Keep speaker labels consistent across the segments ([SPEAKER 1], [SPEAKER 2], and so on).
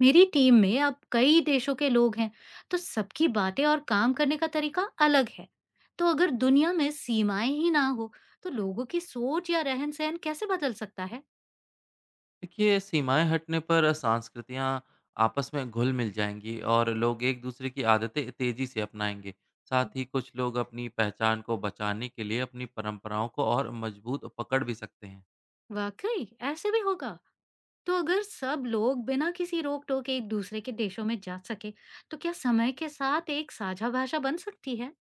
[SPEAKER 1] मेरी टीम में अब कई देशों के लोग हैं, तो सबकी बातें और काम करने का तरीका अलग है। तो अगर दुनिया में सीमाएं ही ना हो, तो लोगों की सोच या रहन-सहन कैसे बदल सकता है?
[SPEAKER 2] देखिए, सीमाएं हटने पर संस्कृतियां आपस में घुल मिल जाएंगी और लोग एक दूसरे की आदतें तेजी से अपनाएंगे। साथ ही कुछ लोग अपनी पहचान को बचाने के लिए अपनी परंपराओं को और मजबूत पकड़ भी सकते हैं।
[SPEAKER 1] वाकई ऐसे भी होगा। तो अगर सब लोग बिना किसी रोक-टोक एक दूसरे के देशों में जा सके, तो क्या समय के साथ एक साझा भाषा बन सकती है?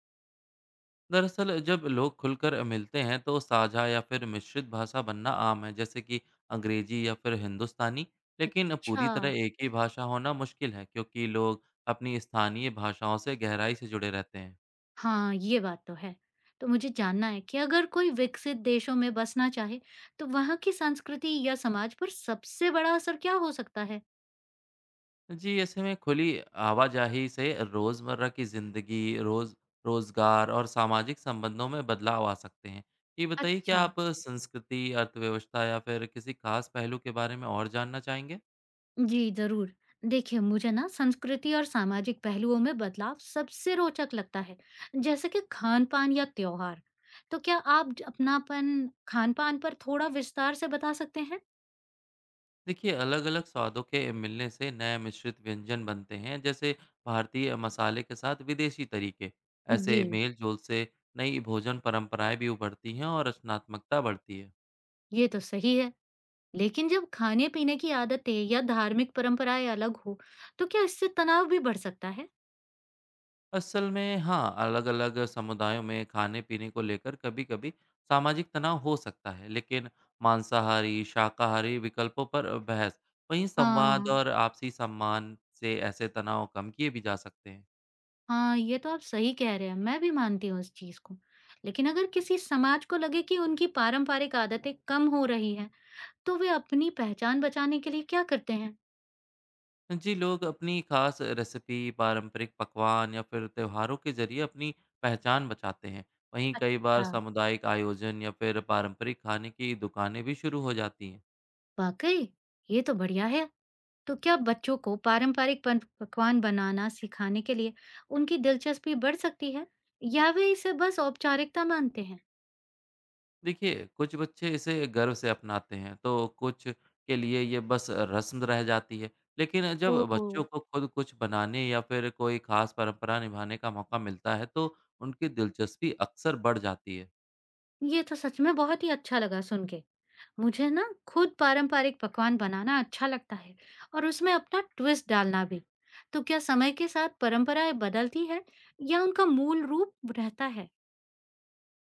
[SPEAKER 2] दरअसल, जब लोग खुलकर मिलते हैं तो साझा या फिर मिश्रित भाषा बनना आम है, जैसे कि अंग्रेजी या फिर हिंदुस्तानी। लेकिन
[SPEAKER 1] अच्छा।
[SPEAKER 2] पूरी तरह एक ही भाषा होना मुश्किल है क्योंकि लोग अपनी स्थानीय भाषाओं से गहराई से जुड़े रहते हैं।
[SPEAKER 1] हाँ, ये बात तो है। तो मुझे जानना है कि अगर कोई विकसित देशों में बसना चाहे, तो वहाँ की संस्कृति या समाज पर सबसे बड़ा असर क्या हो सकता है?
[SPEAKER 2] जी, ऐसे में खुली आवाजाही से रोज़मर्रा की ज़िंदगी, रोज़ रोज़गार और सामाजिक संबंधों में बदलाव आ सकते हैं। ये बताइए, क्या
[SPEAKER 1] अच्छा।
[SPEAKER 2] आप संस्कृति, अर्थव्यवस्था या फिर किसी खास पहलू के बारे में और जानना चाहेंगे?
[SPEAKER 1] जी, ज़रूर। देखिए, मुझे ना संस्कृति और सामाजिक पहलुओं में बदलाव सबसे रोचक लगता है, जैसे कि खान-पान या त्योहार। तो क्या आप अपनापन खान-पान पर थोड़ा विस्तार से बता सकते हैं?
[SPEAKER 2] देखिए, अलग-अलग स्वादों के मिलने से नए मिश्रित व्यंजन बनते हैं, जैसे भारतीय मसाले के साथ विदेशी तरीके।
[SPEAKER 1] जी।
[SPEAKER 2] ऐसे मेल-जोल से नई भोजन परंपराएँ भी उभरती हैं और रचनात्मकता बढ़ती है।
[SPEAKER 1] ये तो सही है। लेकिन जब खाने-पीने की आदतें या धार्मिक परंपराएं अलग हो, तो क्या इससे तनाव भी बढ़ सकता है?
[SPEAKER 2] असल में हाँ, अलग अलग समुदायों में खाने पीने को लेकर कभी कभी सामाजिक तनाव हो सकता है, लेकिन मांसाहारी शाकाहारी विकल्पों पर बहस, वहीं संवाद
[SPEAKER 1] हाँ।
[SPEAKER 2] और आपसी सम्मान से ऐसे तनाव कम किए भी जा सकते हैं।
[SPEAKER 1] हाँ, ये तो आप सही कह रहे हैं, मैं भी मानती हूँ इस चीज़ को। लेकिन अगर किसी समाज को लगे कि उनकी पारंपरिक आदतें कम हो रही हैं, तो वे अपनी पहचान बचाने के लिए क्या करते हैं?
[SPEAKER 2] जी, लोग अपनी खास रेसिपी, पारंपरिक पकवान या फिर त्योहारों के जरिए अपनी पहचान बचाते हैं। वहीं कई बार
[SPEAKER 1] अच्छा।
[SPEAKER 2] सामुदायिक आयोजन या फिर पारंपरिक खाने की दुकानें भी शुरू हो जाती हैं।
[SPEAKER 1] वाकई, ये तो बढ़िया है। तो क्या बच्चों को पारंपरिक पन पकवान बनाना सिखाने के लिए उनकी दिलचस्पी बढ़ सकती है, या वे इसे बस औपचारिकता मानते हैं?
[SPEAKER 2] देखिए, कुछ बच्चे इसे गर्व से अपनाते हैं, तो कुछ के लिए ये बस रस्म रह जाती है। लेकिन जब
[SPEAKER 1] ओ,
[SPEAKER 2] बच्चों को खुद कुछ बनाने या फिर कोई खास परंपरा निभाने का मौका मिलता है, तो उनकी दिलचस्पी अक्सर बढ़ जाती है।
[SPEAKER 1] ये तो सच में बहुत ही अच्छा लगा सुन के। मुझे ना खुद पारंपरिक पकवान बनाना अच्छा लगता है और उसमें अपना ट्विस्ट डालना भी। तो क्या समय के साथ परंपराएं बदलती है या उनका मूल रूप रहता है?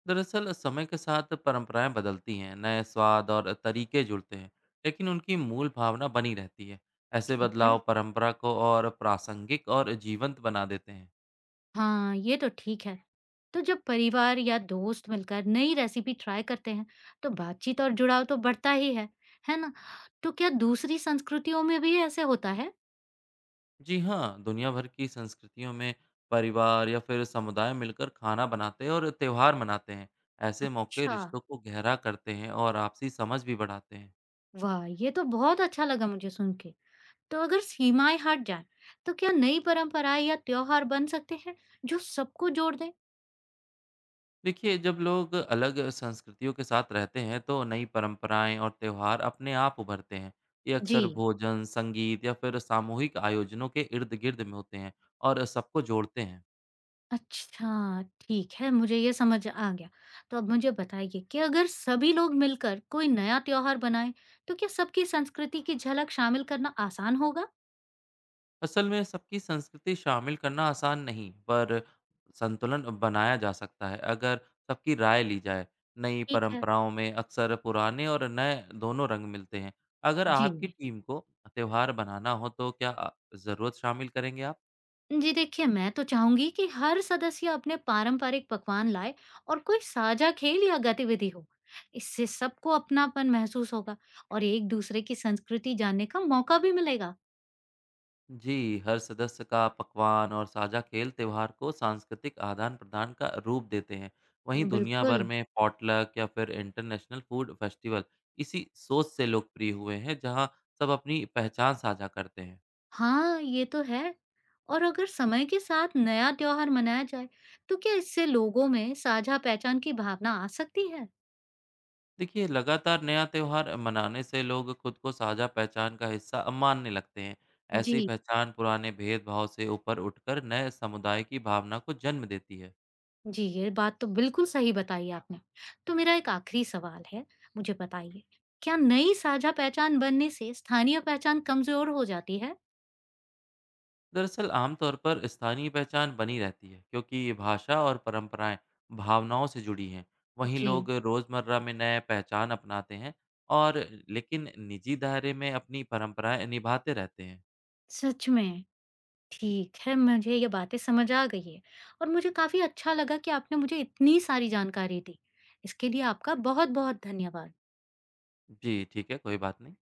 [SPEAKER 2] दरअसल, समय के साथ परंपराएं बदलती हैं, नए स्वाद और तरीके जुड़ते हैं, लेकिन उनकी मूल भावना बनी रहती है। ऐसे
[SPEAKER 1] ठीक है।
[SPEAKER 2] बदलाव परंपरा को और प्रासंगिक और जीवंत बना देते हैं।
[SPEAKER 1] हाँ, ये तो ठीक है। तो जब परिवार या दोस्त मिलकर नई रेसिपी ट्राई करते हैं, तो बातचीत और जुड़ाव तो बढ़ता ही है ना? तो क्या दूसरी संस्कृतियों में भी ऐसे होता है?
[SPEAKER 2] जी हाँ, दुनिया भर की संस्कृतियों में परिवार या फिर समुदाय मिलकर खाना बनाते हैं और त्योहार मनाते हैं। ऐसे मौके
[SPEAKER 1] अच्छा,
[SPEAKER 2] रिश्तों को गहरा करते हैं और आपसी समझ भी बढ़ाते हैं।
[SPEAKER 1] वाह! ये तो बहुत अच्छा लगा मुझे सुन के। तो अगर सीमाएं हट जाएं, तो क्या नई परंपराएं या त्योहार बन सकते हैं जो सबको जोड़ दें?
[SPEAKER 2] देखिए, जब लोग अलग संस्कृतियों के साथ रहते हैं, तो नई परंपराएं और त्योहार अपने आप उभरते हैं। ये
[SPEAKER 1] जी।
[SPEAKER 2] अक्सर भोजन, संगीत या फिर सामूहिक आयोजनों के इर्द-गिर्द में होते हैं और सबको जोड़ते हैं।
[SPEAKER 1] अच्छा, ठीक है, मुझे ये समझ आ गया। तो अब मुझे बताइए कि अगर सभी लोग मिलकर कोई नया त्योहार बनाएं, तो क्या सबकी संस्कृति की झलक शामिल करना आसान होगा?
[SPEAKER 2] असल में सबकी संस्कृति शामिल करना आसान नहीं, पर संतुलन बनाया जा सकता है अगर सबकी राय ली जाए। नई
[SPEAKER 1] ठीक है।
[SPEAKER 2] परंपराओं में अक्सर पुराने और नए दोनों रंग मिलते हैं। अगर
[SPEAKER 1] जी।
[SPEAKER 2] आपकी टीम को त्यौहार बनाना हो तो क्या ज़रूरत शामिल करेंगे आप?
[SPEAKER 1] जी, देखिए, मैं तो चाहूँगी कि हर सदस्य अपने पारंपरिक पकवान लाए और कोई साझा खेल या गतिविधि हो। इससे सबको अपनापन महसूस होगा और एक दूसरे की संस्कृति जानने का मौका भी मिलेगा।
[SPEAKER 2] जी, हर सदस्य का पकवान और साझा खेल त्योहार को सांस्कृतिक आदान-प्रदान का रूप देते हैं। वहीं दुनिया भर
[SPEAKER 1] बिल्कुल।
[SPEAKER 2] में पॉटलक या फिर इंटरनेशनल फूड फेस्टिवल इसी सोच से लोकप्रिय हुए हैं, जहां सब अपनी पहचान साझा करते हैं।
[SPEAKER 1] हाँ, ये तो है। और अगर समय के साथ नया त्योहार मनाया जाए, तो क्या इससे लोगों में साझा पहचान की भावना आ सकती है?
[SPEAKER 2] देखिए, लगातार नया त्योहार मनाने से लोग खुद को साझा पहचान का हिस्सा मानने लगते हैं। ऐसी
[SPEAKER 1] जी।
[SPEAKER 2] पहचान पुराने भेदभाव से ऊपर उठकर नए समुदाय की भावना को जन्म देती है।
[SPEAKER 1] जी, ये बात तो बिल्कुल सही बताई आपने। तो मेरा एक आखिरी सवाल है, मुझे बताइए, क्या नई साझा पहचान बनने से स्थानीय पहचान कमज़ोर हो जाती है?
[SPEAKER 2] दरअसल, आमतौर पर स्थानीय पहचान बनी रहती है क्योंकि भाषा और परंपराएं भावनाओं से जुड़ी हैं। वहीं
[SPEAKER 1] जी,
[SPEAKER 2] लोग रोज़मर्रा में नए पहचान अपनाते हैं और लेकिन निजी दायरे में अपनी परंपराएं निभाते रहते हैं।
[SPEAKER 1] सच में। ठीक है, मुझे ये बातें समझ आ गई है और मुझे काफ़ी अच्छा लगा कि आपने मुझे इतनी सारी जानकारी दी। इसके लिए आपका बहुत-बहुत धन्यवाद।
[SPEAKER 2] जी ठीक है, कोई बात नहीं।